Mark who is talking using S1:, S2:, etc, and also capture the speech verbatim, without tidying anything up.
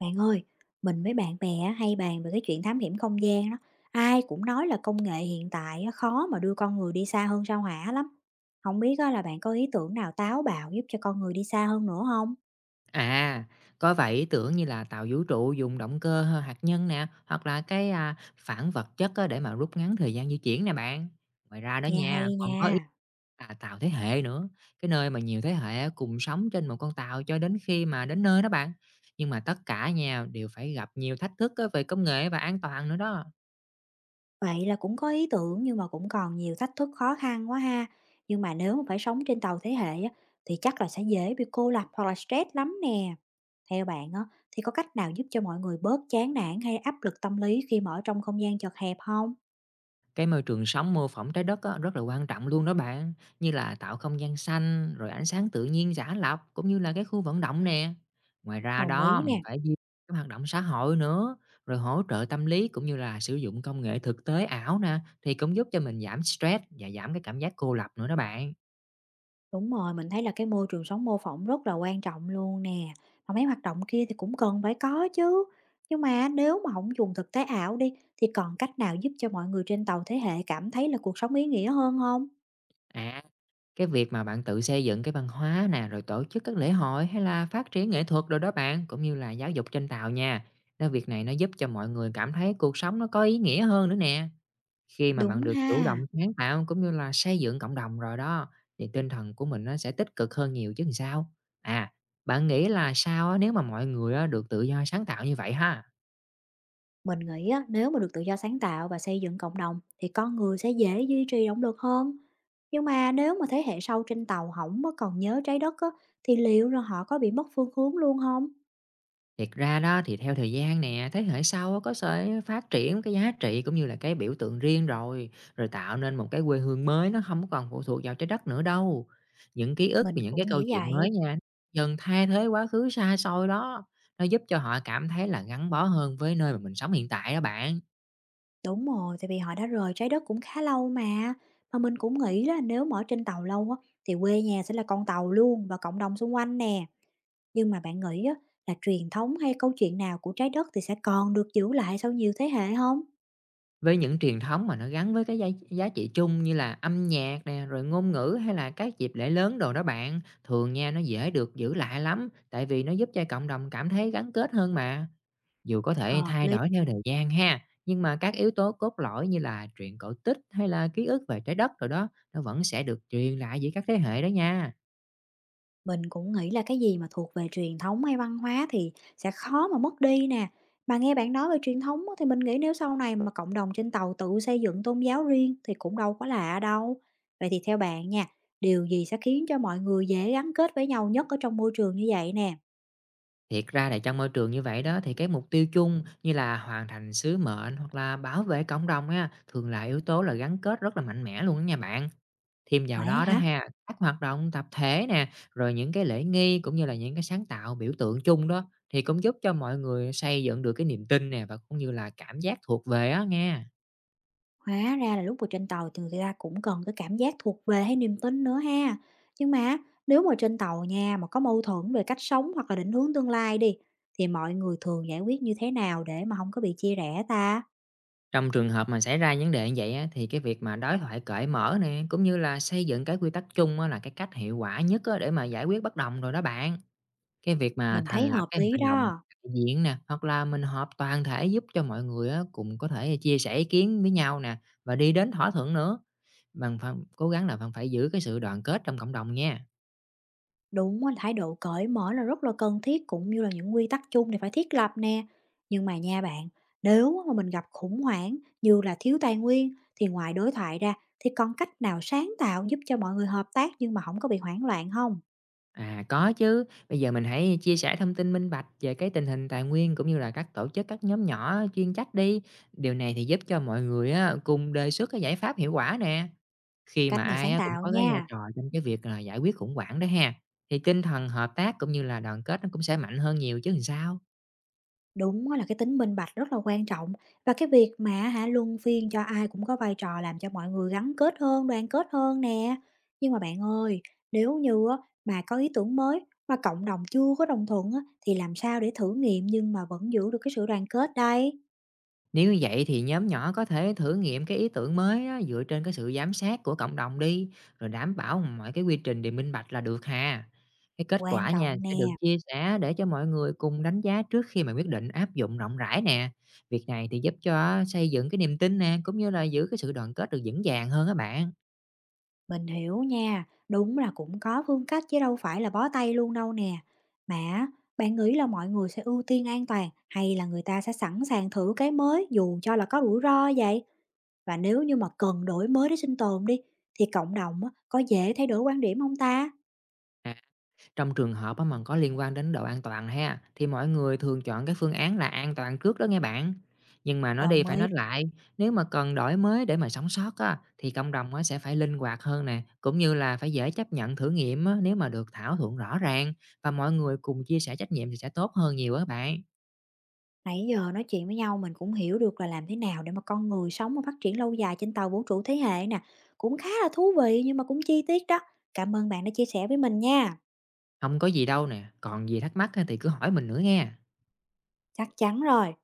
S1: Bạn ơi, mình với bạn bè á, hay bàn về cái chuyện thám hiểm không gian đó. Ai cũng nói là công nghệ hiện tại á, khó mà đưa con người đi xa hơn sao Hỏa lắm. Không biết á, là bạn có ý tưởng nào táo bạo giúp cho con người đi xa hơn nữa không?
S2: À, có vậy tưởng như là tàu vũ trụ dùng động cơ h- hạt nhân nè, hoặc là cái à, phản vật chất á, để mà rút ngắn thời gian di chuyển nè bạn. Ngoài ra đó
S1: Nghe
S2: nha,
S1: hay
S2: còn
S1: nha.
S2: có ý là tàu thế hệ nữa, cái nơi mà nhiều thế hệ cùng sống trên một con tàu cho đến khi mà đến nơi đó bạn. Nhưng mà tất cả nha đều phải gặp nhiều thách thức á, về công nghệ và an toàn nữa đó.
S1: Vậy là cũng có ý tưởng nhưng mà cũng còn nhiều thách thức khó khăn quá ha. Nhưng mà nếu mà phải sống trên tàu thế hệ á, thì chắc là sẽ dễ bị cô lập hoặc là stress lắm nè. Theo bạn á, thì có cách nào giúp cho mọi người bớt chán nản hay áp lực tâm lý khi mà ở trong không gian chật hẹp không?
S2: Cái môi trường sống mô phỏng trái đất á, rất là quan trọng luôn đó bạn, như là tạo không gian xanh, rồi ánh sáng tự nhiên giả lập, cũng như là cái khu vận động nè. Ngoài ra
S1: Đồng
S2: đó,
S1: ý
S2: mình
S1: nè.
S2: phải duy trì cái hoạt động xã hội nữa, rồi hỗ trợ tâm lý cũng như là sử dụng công nghệ thực tế ảo nè, thì cũng giúp cho mình giảm stress và giảm cái cảm giác cô lập nữa đó bạn.
S1: Đúng rồi, mình thấy là cái môi trường sống mô phỏng rất là quan trọng luôn nè. Mà mấy hoạt động kia thì cũng cần phải có chứ. Nhưng mà nếu mà không dùng thực tế ảo đi thì còn cách nào giúp cho mọi người trên tàu thế hệ cảm thấy là cuộc sống ý nghĩa hơn không?
S2: À, cái việc mà bạn tự xây dựng cái văn hóa nè, rồi tổ chức các lễ hội hay là phát triển nghệ thuật rồi đó bạn, cũng như là giáo dục trên tàu nha. Nó việc này nó giúp cho mọi người cảm thấy cuộc sống nó có ý nghĩa hơn nữa nè. Khi mà
S1: Đúng
S2: bạn được chủ động
S1: ha.
S2: sáng tạo cũng như là xây dựng cộng đồng rồi đó, thì tinh thần của mình nó sẽ tích cực hơn nhiều chứ làm sao. À, bạn nghĩ là sao á, nếu mà mọi người á, được tự do sáng tạo như vậy ha?
S1: Mình nghĩ á, nếu mà được tự do sáng tạo và xây dựng cộng đồng thì con người sẽ dễ duy trì động lực hơn. Nhưng mà nếu mà thế hệ sau trên tàu không có còn nhớ trái đất á, thì liệu là họ có bị mất phương hướng luôn không?
S2: Thiệt ra đó thì theo thời gian nè, thế hệ sau á có sẽ phát triển cái giá trị cũng như là cái biểu tượng riêng rồi, rồi tạo nên một cái quê hương mới nó không có còn phụ thuộc vào trái đất nữa đâu. Những ký ức
S1: Mình
S2: và những
S1: cũng
S2: cái câu
S1: nghĩ
S2: chuyện
S1: vậy.
S2: mới nha, dần thay thế quá khứ xa xôi đó, nó giúp cho họ cảm thấy là gắn bó hơn với nơi mà mình sống hiện tại đó bạn.
S1: Đúng rồi, tại vì họ đã rời Trái Đất cũng khá lâu mà. Mà mình cũng nghĩ là nếu mà ở trên tàu lâu á, thì quê nhà sẽ là con tàu luôn và cộng đồng xung quanh nè. Nhưng mà bạn nghĩ á, là truyền thống hay câu chuyện nào của Trái Đất thì sẽ còn được giữ lại sau nhiều thế hệ không?
S2: Với những truyền thống mà nó gắn với cái giá giá trị chung như là âm nhạc nè, rồi ngôn ngữ hay là các dịp lễ lớn đồ đó bạn, thường nha nó dễ được giữ lại lắm, tại vì nó giúp cho cộng đồng cảm thấy gắn kết hơn mà. Dù có thể
S1: Hợp
S2: thay
S1: lý.
S2: đổi theo thời gian ha, nhưng mà các yếu tố cốt lõi như là truyện cổ tích hay là ký ức về trái đất rồi đó, nó vẫn sẽ được truyền lại giữa các thế hệ đó nha.
S1: Mình cũng nghĩ là cái gì mà thuộc về truyền thống hay văn hóa thì sẽ khó mà mất đi nè. Mà nghe bạn nói về truyền thống á, thì mình nghĩ nếu sau này mà cộng đồng trên tàu tự xây dựng tôn giáo riêng thì cũng đâu có lạ đâu. Vậy thì theo bạn nha, điều gì sẽ khiến cho mọi người dễ gắn kết với nhau nhất ở trong môi trường như vậy nè?
S2: Thiệt ra là trong môi trường như vậy đó thì cái mục tiêu chung như là hoàn thành sứ mệnh hoặc là bảo vệ cộng đồng á thường là yếu tố là gắn kết rất là mạnh mẽ luôn đó nha bạn. Thêm vào
S1: Vậy
S2: đó đó
S1: hả?
S2: ha, các hoạt động tập thể nè, rồi những cái lễ nghi cũng như là những cái sáng tạo biểu tượng chung đó thì cũng giúp cho mọi người xây dựng được cái niềm tin nè và cũng như là cảm giác thuộc về á nghe.
S1: Hóa ra là lúc mà trên tàu thì người ta cũng cần cái cảm giác thuộc về hay niềm tin nữa ha. Nhưng mà nếu mà trên tàu nha mà có mâu thuẫn về cách sống hoặc là định hướng tương lai đi thì mọi người thường giải quyết như thế nào để mà không có bị chia rẽ ta?
S2: Trong trường hợp mà xảy ra vấn đề như vậy á, thì cái việc mà đối thoại cởi mở nè cũng như là xây dựng cái quy tắc chung á, là cái cách hiệu quả nhất á, để mà giải quyết bất đồng rồi đó bạn. Cái việc mà
S1: Mình thấy
S2: thành lập
S1: hợp
S2: cái hội
S1: lý
S2: đồng
S1: đó.
S2: đại diện nè, hoặc là mình họp toàn thể giúp cho mọi người á, cùng có thể chia sẻ ý kiến với nhau nè, và đi đến thỏa thuận nữa. Bạn phải cố gắng là bạn phải giữ cái sự đoàn kết trong cộng đồng nha.
S1: Đúng là thái độ cởi mở là rất là cần thiết cũng như là những quy tắc chung thì phải thiết lập nè. Nhưng mà nha bạn, nếu mà mình gặp khủng hoảng như là thiếu tài nguyên thì ngoài đối thoại ra thì còn cách nào sáng tạo giúp cho mọi người hợp tác nhưng mà không có bị hoảng loạn không?
S2: À, có chứ, bây giờ mình hãy chia sẻ thông tin minh bạch về cái tình hình tài nguyên cũng như là các tổ chức, các nhóm nhỏ chuyên trách đi. Điều này thì giúp cho mọi người á, cùng đề xuất cái giải pháp hiệu quả nè. Khi mà
S1: Cách này
S2: ai
S1: sáng
S2: á cũng
S1: tạo
S2: có cái vai
S1: nha.
S2: trò trong cái việc là giải quyết khủng hoảng đó ha, thì tinh thần hợp tác cũng như là đoàn kết nó cũng sẽ mạnh hơn nhiều chứ làm sao.
S1: Đúng á là cái tính minh bạch rất là quan trọng và cái việc mà hả luân phiên cho ai cũng có vai trò làm cho mọi người gắn kết hơn, đoàn kết hơn nè. Nhưng mà bạn ơi, nếu như á, mà có ý tưởng mới mà cộng đồng chưa có đồng thuận á, thì làm sao để thử nghiệm nhưng mà vẫn giữ được cái sự đoàn kết đây?
S2: Nếu như vậy thì nhóm nhỏ có thể thử nghiệm cái ý tưởng mới á, dựa trên cái sự giám sát của cộng đồng đi, rồi đảm bảo mọi cái quy trình đều minh bạch là được ha. Cái kết
S1: Quan
S2: quả nha
S1: trọng
S2: sẽ
S1: nè.
S2: được chia sẻ để cho mọi người cùng đánh giá trước khi mà quyết định áp dụng rộng rãi nè. Việc này thì giúp cho xây dựng cái niềm tin nè, cũng như là giữ cái sự đoàn kết được vững vàng hơn các bạn.
S1: Mình hiểu nha, đúng là cũng có phương cách chứ đâu phải là bó tay luôn đâu nè. Mà á, bạn nghĩ là mọi người sẽ ưu tiên an toàn hay là người ta sẽ sẵn sàng thử cái mới dù cho là có rủi ro vậy? Và nếu như mà cần đổi mới để sinh tồn đi thì cộng đồng á, có dễ thay đổi quan điểm không ta?
S2: Trong trường hợp á mà có liên quan đến độ an toàn ha, thì mọi người thường chọn cái phương án là an toàn trước đó nghe bạn. Nhưng mà nói đi
S1: Đồng
S2: phải
S1: ý.
S2: nói lại, nếu mà cần đổi mới để mà sống sót á, thì cộng đồng á sẽ phải linh hoạt hơn nè, cũng như là phải dễ chấp nhận thử nghiệm á, nếu mà được thảo luận rõ ràng và mọi người cùng chia sẻ trách nhiệm thì sẽ tốt hơn nhiều á bạn.
S1: Nãy giờ nói chuyện với nhau mình cũng hiểu được là làm thế nào để mà con người sống và phát triển lâu dài trên tàu vũ trụ thế hệ nè. Cũng khá là thú vị nhưng mà cũng chi tiết đó. Cảm ơn bạn đã chia sẻ với mình nha.
S2: Không có gì đâu nè, còn gì thắc mắc á thì cứ hỏi mình nữa nghe.
S1: Chắc chắn rồi.